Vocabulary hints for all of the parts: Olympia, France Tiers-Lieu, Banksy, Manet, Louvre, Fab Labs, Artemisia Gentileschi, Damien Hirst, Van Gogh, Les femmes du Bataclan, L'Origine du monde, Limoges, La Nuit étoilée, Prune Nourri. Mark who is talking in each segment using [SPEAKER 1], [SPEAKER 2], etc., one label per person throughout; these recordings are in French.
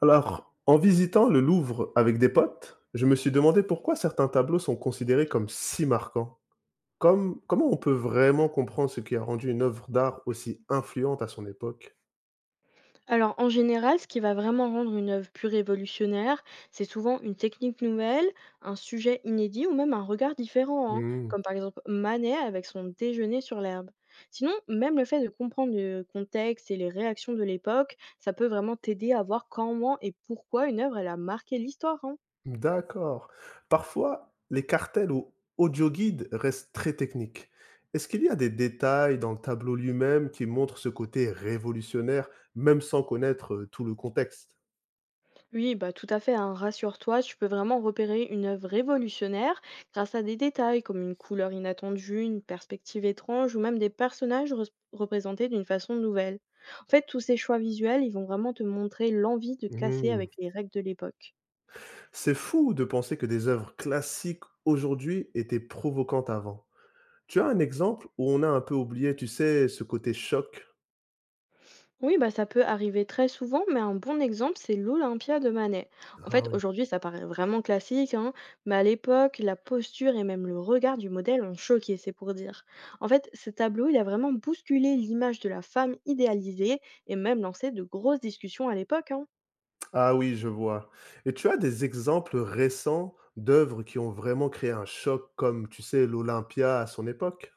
[SPEAKER 1] Alors, en visitant le Louvre avec des potes, je me suis demandé pourquoi certains tableaux sont considérés comme si marquants. Comme, comment on peut vraiment comprendre ce qui a rendu une œuvre d'art aussi influente à son époque?
[SPEAKER 2] Alors, en général, ce qui va vraiment rendre une œuvre plus révolutionnaire, c'est souvent une technique nouvelle, un sujet inédit ou même un regard différent, hein,
[SPEAKER 1] Hmm,
[SPEAKER 2] comme par exemple Manet avec son déjeuner sur l'herbe. Sinon, même le fait de comprendre le contexte et les réactions de l'époque, ça peut vraiment t'aider à voir comment et pourquoi une œuvre elle a marqué l'histoire, hein.
[SPEAKER 1] d'accord. Parfois, les cartels ou audioguides restent très techniques. Est-ce qu'il y a des détails dans le tableau lui-même qui montrent ce côté révolutionnaire, même sans connaître tout le contexte?
[SPEAKER 2] Oui, bah tout à fait, hein. Rassure-toi, tu peux vraiment repérer une œuvre révolutionnaire grâce à des détails comme une couleur inattendue, une perspective étrange ou même des personnages représentés d'une façon nouvelle. En fait, tous ces choix visuels, ils vont vraiment te montrer l'envie de casser
[SPEAKER 1] Hmm.
[SPEAKER 2] avec les règles de l'époque.
[SPEAKER 1] C'est fou de penser que des œuvres classiques aujourd'hui étaient provocantes avant. Tu as un exemple où on a un peu oublié, tu sais, ce côté choc?
[SPEAKER 2] Oui, bah, ça peut arriver très souvent, mais un bon exemple, c'est l'Olympia de Manet. En
[SPEAKER 1] Ah
[SPEAKER 2] fait,
[SPEAKER 1] oui.
[SPEAKER 2] aujourd'hui, ça paraît vraiment classique, hein, mais à l'époque, la posture et même le regard du modèle ont choqué, c'est pour dire. En fait, ce tableau, il a vraiment bousculé l'image de la femme idéalisée et même lancé de grosses discussions à l'époque, hein.
[SPEAKER 1] Ah oui, je vois. Et tu as des exemples récents d'œuvres qui ont vraiment créé un choc comme, tu sais, l'Olympia à son époque?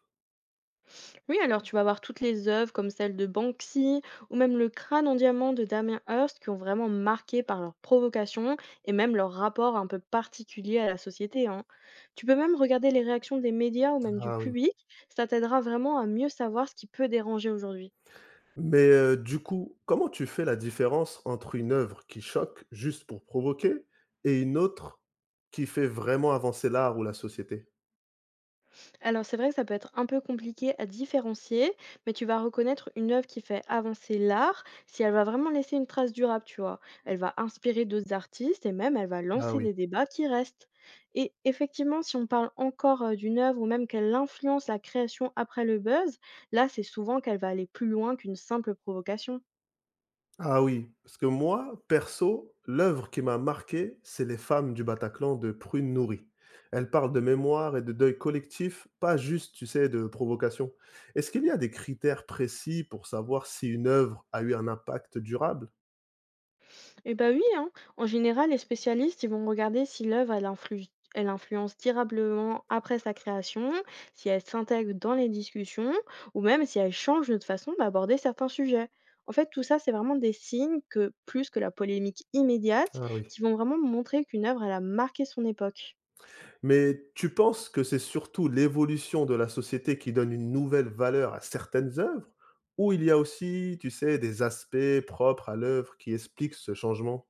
[SPEAKER 2] Oui, alors tu vas avoir toutes les œuvres comme celle de Banksy ou même le crâne en diamant de Damien Hirst qui ont vraiment marqué par leur provocation et même leur rapport un peu particulier à la société, hein. Tu peux même regarder les réactions des médias ou même du
[SPEAKER 1] Ah oui.
[SPEAKER 2] public, ça t'aidera vraiment à mieux savoir ce qui peut déranger aujourd'hui.
[SPEAKER 1] Mais, du coup, comment tu fais la différence entre une œuvre qui choque juste pour provoquer et une autre qui fait vraiment avancer l'art ou la société?
[SPEAKER 2] Alors c'est vrai que ça peut être un peu compliqué à différencier, mais tu vas reconnaître une œuvre qui fait avancer l'art si elle va vraiment laisser une trace durable, tu vois. Elle va inspirer d'autres artistes et même elle va
[SPEAKER 1] Ah
[SPEAKER 2] lancer
[SPEAKER 1] oui.
[SPEAKER 2] des débats qui restent. Et effectivement, si on parle encore d'une œuvre ou même qu'elle influence la création après le buzz, là c'est souvent qu'elle va aller plus loin qu'une simple provocation.
[SPEAKER 1] Ah oui, parce que moi, perso, l'œuvre qui m'a marqué, c'est Les femmes du Bataclan de Prune Nourri. Elle parle de mémoire et de deuil collectif, pas juste, tu sais, de provocation. Est-ce qu'il y a des critères précis pour savoir si une œuvre a eu un impact durable?
[SPEAKER 2] Eh bah oui, hein. En général, les spécialistes, ils vont regarder si l'œuvre, elle elle influence durablement après sa création, si elle s'intègre dans les discussions, ou même si elle change notre façon d'aborder certains sujets. En fait, tout ça, c'est vraiment des signes que, plus que la polémique immédiate,
[SPEAKER 1] Ah oui.
[SPEAKER 2] qui vont vraiment montrer qu'une œuvre, elle a marqué son époque.
[SPEAKER 1] Mais tu penses que c'est surtout l'évolution de la société qui donne une nouvelle valeur à certaines œuvres, ou il y a aussi, tu sais, des aspects propres à l'œuvre qui expliquent ce changement?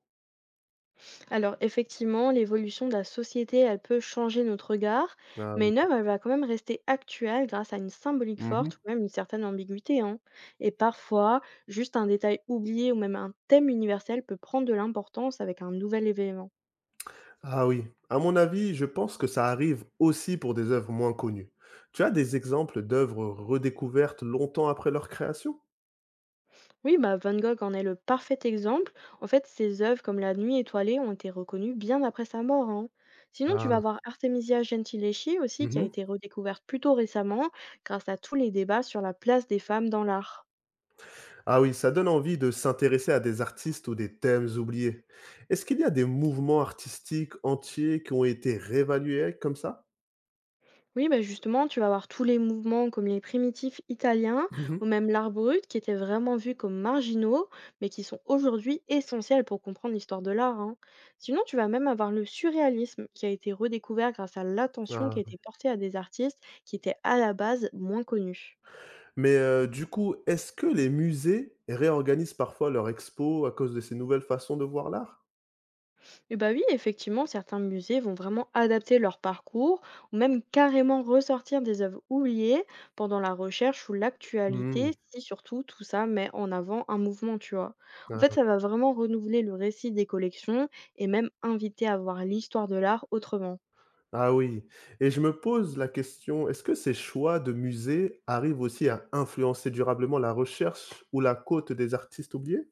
[SPEAKER 2] Alors effectivement, l'évolution de la société, elle peut changer notre regard,
[SPEAKER 1] Ah
[SPEAKER 2] mais
[SPEAKER 1] oui.
[SPEAKER 2] une œuvre, elle va quand même rester actuelle grâce à une symbolique
[SPEAKER 1] Mhm.
[SPEAKER 2] forte ou même une certaine ambiguïté, hein. Et parfois, juste un détail oublié ou même un thème universel peut prendre de l'importance avec un nouvel événement.
[SPEAKER 1] Ah oui, à mon avis, je pense que ça arrive aussi pour des œuvres moins connues. Tu as des exemples d'œuvres redécouvertes longtemps après leur création?
[SPEAKER 2] Oui, bah Van Gogh en est le parfait exemple. En fait, ses œuvres comme La Nuit étoilée ont été reconnues bien après sa mort, hein. Sinon, tu
[SPEAKER 1] Ah,
[SPEAKER 2] vas voir Artemisia Gentileschi aussi, qui a
[SPEAKER 1] mhm.
[SPEAKER 2] été redécouverte plus tôt récemment grâce à tous les débats sur la place des femmes dans l'art.
[SPEAKER 1] Ah oui, ça donne envie de s'intéresser à des artistes ou des thèmes oubliés. Est-ce qu'il y a des mouvements artistiques entiers qui ont été réévalués comme ça?
[SPEAKER 2] Oui, bah justement, tu vas avoir tous les mouvements comme les primitifs italiens
[SPEAKER 1] Mhm.
[SPEAKER 2] ou même l'art brut qui étaient vraiment vus comme marginaux, mais qui sont aujourd'hui essentiels pour comprendre l'histoire de l'art, hein. Sinon, tu vas même avoir le surréalisme qui a été redécouvert grâce à l'attention qui
[SPEAKER 1] Ah.
[SPEAKER 2] a été portée à des artistes qui étaient à la base moins connus.
[SPEAKER 1] Mais du coup, est-ce que les musées réorganisent parfois leurs expos à cause de ces nouvelles façons de voir l'art?
[SPEAKER 2] Eh bah oui, effectivement, certains musées vont vraiment adapter leur parcours ou même carrément ressortir des œuvres oubliées pendant la recherche ou l'actualité,
[SPEAKER 1] Mhm.
[SPEAKER 2] si surtout tout ça met en avant un mouvement, tu vois. En fait, ça va vraiment renouveler le récit des collections et même inviter à voir l'histoire de l'art autrement.
[SPEAKER 1] Ah oui, et je me pose la question, est-ce que ces choix de musées arrivent aussi à influencer durablement la recherche ou la cote des artistes oubliés?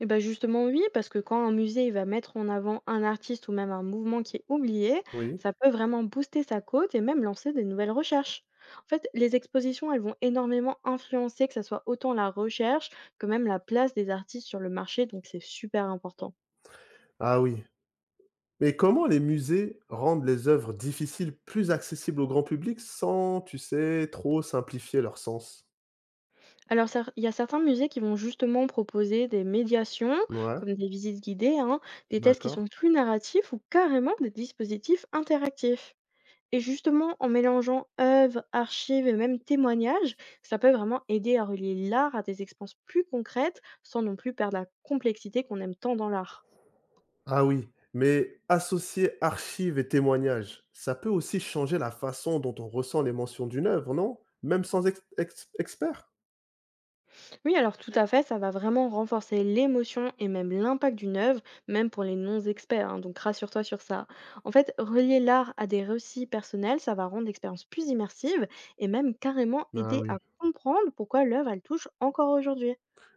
[SPEAKER 2] Et ben justement oui, parce que quand un musée il va mettre en avant un artiste ou même un mouvement qui est oublié,
[SPEAKER 1] Oui.
[SPEAKER 2] ça peut vraiment booster sa cote et même lancer des nouvelles recherches. En fait, les expositions, elles vont énormément influencer que ça soit autant la recherche que même la place des artistes sur le marché, donc c'est super important.
[SPEAKER 1] Ah oui. Mais comment les musées rendent les œuvres difficiles plus accessibles au grand public sans, tu sais, trop simplifier leur sens?
[SPEAKER 2] Alors, il y a certains musées qui vont justement proposer des médiations,
[SPEAKER 1] Ouais,
[SPEAKER 2] comme des visites guidées, hein, des tests qui
[SPEAKER 1] d'accord.
[SPEAKER 2] sont plus narratifs ou carrément des dispositifs interactifs. Et justement, en mélangeant œuvres, archives et même témoignages, ça peut vraiment aider à relier l'art à des expériences plus concrètes sans non plus perdre la complexité qu'on aime tant dans l'art.
[SPEAKER 1] Ah oui, mais associer archives et témoignages, ça peut aussi changer la façon dont on ressent l'émotion d'une œuvre, non? Même sans ex ex expert?
[SPEAKER 2] Oui, alors tout à fait, ça va vraiment renforcer l'émotion et même l'impact d'une œuvre, même pour les non-experts, hein, donc rassure-toi sur ça. En fait, relier l'art à des récits personnels, ça va rendre l'expérience plus immersive et même carrément
[SPEAKER 1] Ah
[SPEAKER 2] aider
[SPEAKER 1] oui.
[SPEAKER 2] à comprendre pourquoi l'œuvre, elle touche encore aujourd'hui.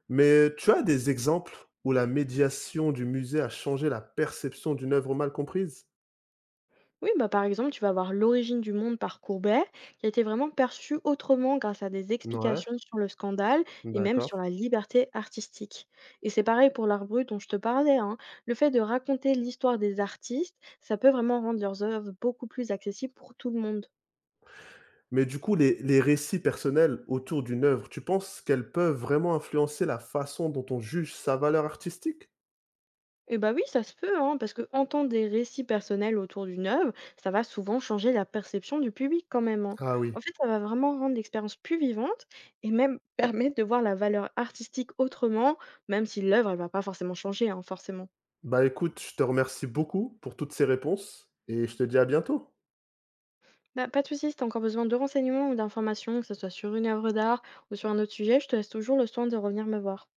[SPEAKER 1] Mais tu as des exemples où la médiation du musée a changé la perception d'une œuvre mal comprise?
[SPEAKER 2] Oui, bah, par exemple, tu vas voir l'origine du monde par Courbet, qui a été vraiment perçue autrement grâce à des
[SPEAKER 1] Ouais,
[SPEAKER 2] explications sur le scandale et même
[SPEAKER 1] d'accord.
[SPEAKER 2] sur la liberté artistique. Et c'est pareil pour l'art brut dont je te parlais, hein. Le fait de raconter l'histoire des artistes, ça peut vraiment rendre leurs œuvres beaucoup plus accessibles pour tout le monde.
[SPEAKER 1] Mais du coup, les récits personnels autour d'une œuvre, tu penses qu'elles peuvent vraiment influencer la façon dont on juge sa valeur artistique?
[SPEAKER 2] Eh bah oui, ça se peut, hein, parce que entendre des récits personnels autour d'une œuvre, ça va souvent changer la perception du public quand même, hein.
[SPEAKER 1] Ah oui.
[SPEAKER 2] En fait, ça va vraiment rendre l'expérience plus vivante et même permettre de voir la valeur artistique autrement, même si l'œuvre, elle va pas forcément changer, hein, forcément.
[SPEAKER 1] Bah écoute, je te remercie beaucoup pour toutes ces réponses et je te dis à bientôt.
[SPEAKER 2] Bah, pas de soucis, si t'as encore besoin de renseignements ou d'informations, que ce soit sur une œuvre d'art ou sur un autre sujet, je te laisse toujours le soin de revenir me voir.